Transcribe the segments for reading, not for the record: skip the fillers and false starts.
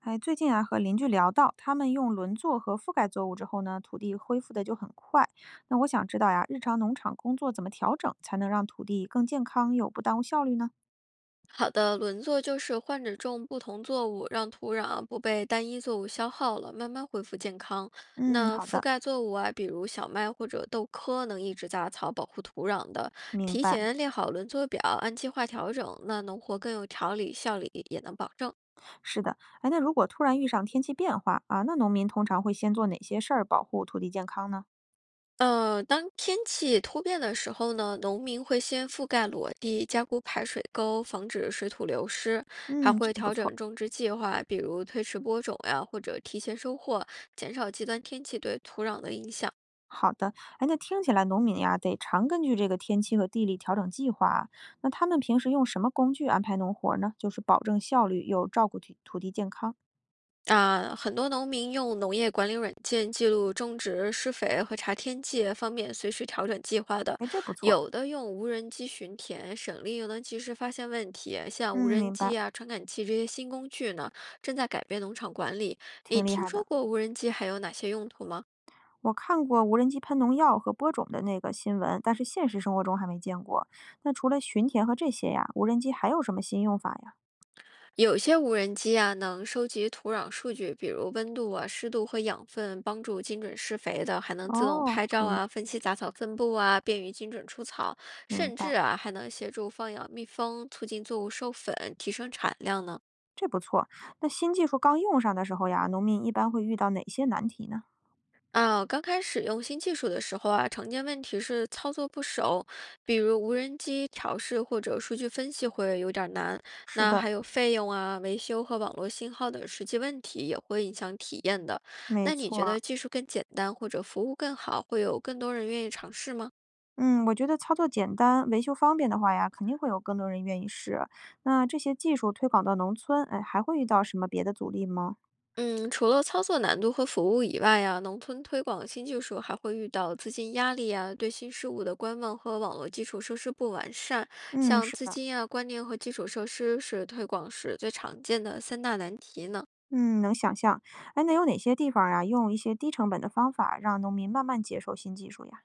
哎，最近啊，和邻居聊到，他们用轮作和覆盖作物之后呢，土地恢复的就很快。那我想知道呀，日常农场工作怎么调整，才能让土地更健康又不耽误效率呢？好的，轮作就是换着种不同作物，让土壤啊不被单一作物消耗了，慢慢恢复健康。嗯，那好覆的，盖作物啊，比如小麦或者豆科，能抑制杂草，保护土壤的。明提白。前列好轮作表，按计划调整，那农活更有条理，效率也能保证。是的，哎，那如果突然遇上天气变化啊，那农民通常会先做哪些事儿保护土地健康呢？当天气突变的时候呢，农民会先覆盖裸地，加固排水沟，防止水土流失，还嗯，这会个不调错。整种植计划，比如推迟播种呀，或者提前收获，减少极端天气对土壤的影响。好的，哎，那听起来农民呀，得常根据这个天气和地理调整计划啊。那他们平时用什么工具安排农活儿呢？就是保证效率又照顾土地健康。啊，很多农民用农业管理软件记录种植、施肥和查天气，方便随时调整计划的。哎，这不错，有的用无人机巡田，省力又能及时发现问题。像无嗯，人明白，机啊、传感器这些新工具呢，正在改变农场管理。你挺厉听害说的。过无人机还有哪些用途吗？我看过无人机喷农药和播种的那个新闻，但是现实生活中还没见过。那除了巡田和这些呀，无人机还有什么新用法呀？有些无人机啊，能收集土壤数据，比如温度啊、湿度和养分，帮助精准施肥的，还能自动哦，拍可照以，啊、分析杂草分布啊，便于精准除草，明甚至白，啊，还能协助放养蜜蜂，促进作物授粉，提升产量呢。这不错。那新技术刚用上的时候呀，农民一般会遇到哪些难题呢？啊，刚开始用新技术的时候啊，常见问题是操作不熟，比如无人机调试或者数据分析会有点儿难。是那的，还有费用啊、维修和网络信号的实际问题也会影响体验的。没那你错觉得儿。技术更简单或者服务更好，会有更多人愿意尝试吗？嗯，我觉得操作简单、维修方便的话呀，肯定会有更多人愿意试。那这些技术推广到农村，哎，还会遇到什么别的阻力吗？嗯，除了操作难度和服务以外呀，农村推广新技术还会遇到资金压力啊、对新事物的观望和网络基础设施不完善，嗯，像是。资的。金啊、观念和基础设施是推广时最常见的三大难题呢。嗯，能想象。哎，那有哪些地方呀？啊，用一些低成本的方法让农民慢慢接受新技术呀？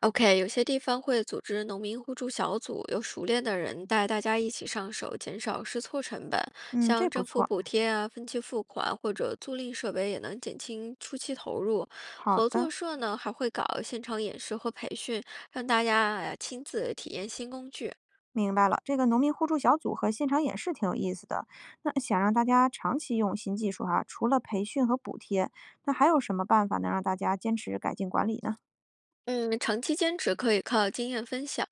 OK，有些地方会组织农民互助小组，由熟练的人带大家一起上手，减少试错成本。嗯，这像不政府错。补贴啊、分期付款或者租赁设备，也能减轻初期投入。好合的，作社呢，还会搞现场演示和培训，让大家呀亲自体验新工具。明白了。这个农民互助小组和现场演示挺有意思的。那想让大家长期用新技术哈、除了培训和补贴，那还有什么办法能让大家坚持改进管理呢？嗯，长期坚持可以靠经验分享，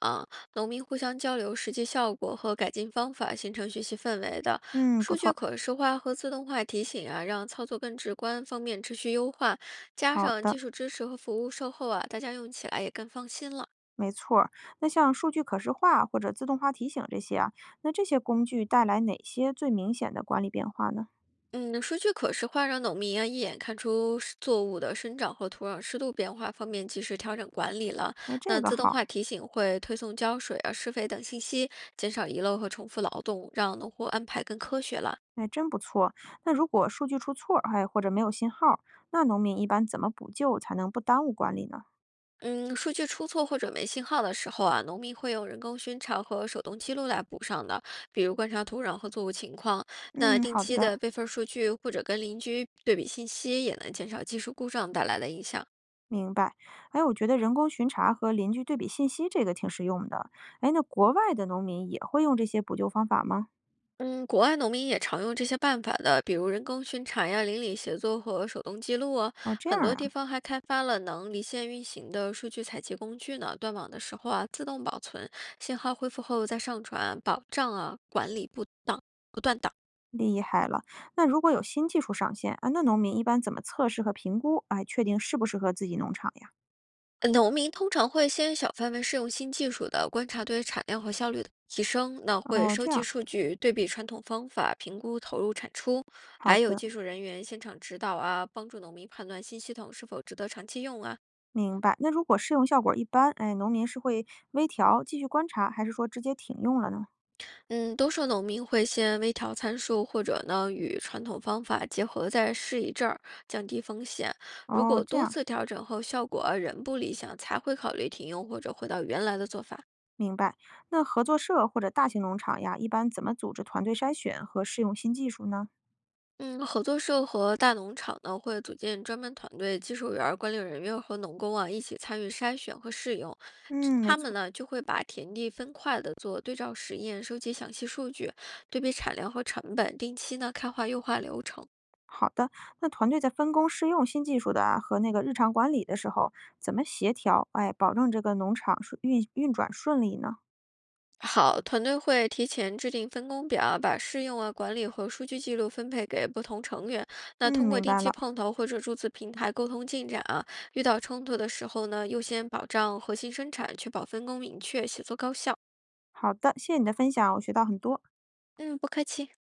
农民互相交流实际效果和改进方法，形成学习氛围的。嗯，不数据错。可视化和自动化提醒啊，让操作更直观，方便持续优化。加好上的，技术支持和服务售后啊，大家用起来也更放心了。没错儿。那像数据可视化或者自动化提醒这些啊，那这些工具带来哪些最明显的管理变化呢？嗯，数据可视化让农民啊一眼看出是作物的生长和土壤湿度变化方面及时调整管理了。哎，这那个自动好。化提醒会推送浇水啊、施肥等信息，减少遗漏和重复劳动，让农户安排更科学了。哎，真不错。那如果数据出错儿，哎，或者没有信号，那农民一般怎么补救才能不耽误管理呢？嗯，数据出错或者没信号的时候啊，农民会用人工巡查和手动记录来补上的，比如观察土壤和作物情况。那嗯，定好期的，的备份数据或者跟邻居对比信息，也能减少技术故障带来的影响。明白。哎，我觉得人工巡查和邻居对比信息这个挺实用的。哎，那国外的农民也会用这些补救方法吗？嗯，国外农民也常用这些办法的，比如人工巡查呀、邻里协作和手动记录啊。哦，这样很多地啊，方还开发了能离线运行的数据采集工具呢，断网的时候啊，自动保存，信号恢复后再上传，保障啊管理不当不断档。厉害了。那如果有新技术上线啊，那农民一般怎么测试和评估？哎，确定适不适合自己农场呀？农民通常会先小范围试用新技术的，观察对产量和效率的提升，那会哦，收这集样，数据，对比传统方法，评估投入产出，好还有的。技术人员现场指导啊，帮助农民判断新系统是否值得长期用啊。明白。那如果试用效果一般，哎，农民是会微调、继续观察，还是说直接停用了呢？嗯，多数农民会先微调参数，或者呢与传统方法结合再试一阵儿，降低风险。如哦，果这多样，次调整后效果仍不理想，才会考虑停用或者回到原来的做法。明白。那合作社或者大型农场呀，一般怎么组织团队筛选和试用新技术呢？嗯，合作社和大农场呢会组建专门团队，技术员儿、管理人员和农工啊一起参与筛选和试用。这嗯，没他们错。呢就会把田地分块的做对照实验，收集详细数据，对比产量和成本，定期呢开化优化流程。好的，那团队在分工试用新技术的啊和那个日常管理的时候，怎么协调？哎，保证这个农场运转顺利呢？好，团队会提前制定分工表，把试用啊、管理和数据记录分配给不同成员。那嗯，通过明定白期了。碰头或者数字平台沟通进展啊，遇到冲突的时候呢，优先保障核心生产，确保分工明确，协作高效。好的，谢谢你的分享，我学到很多。嗯，不客气。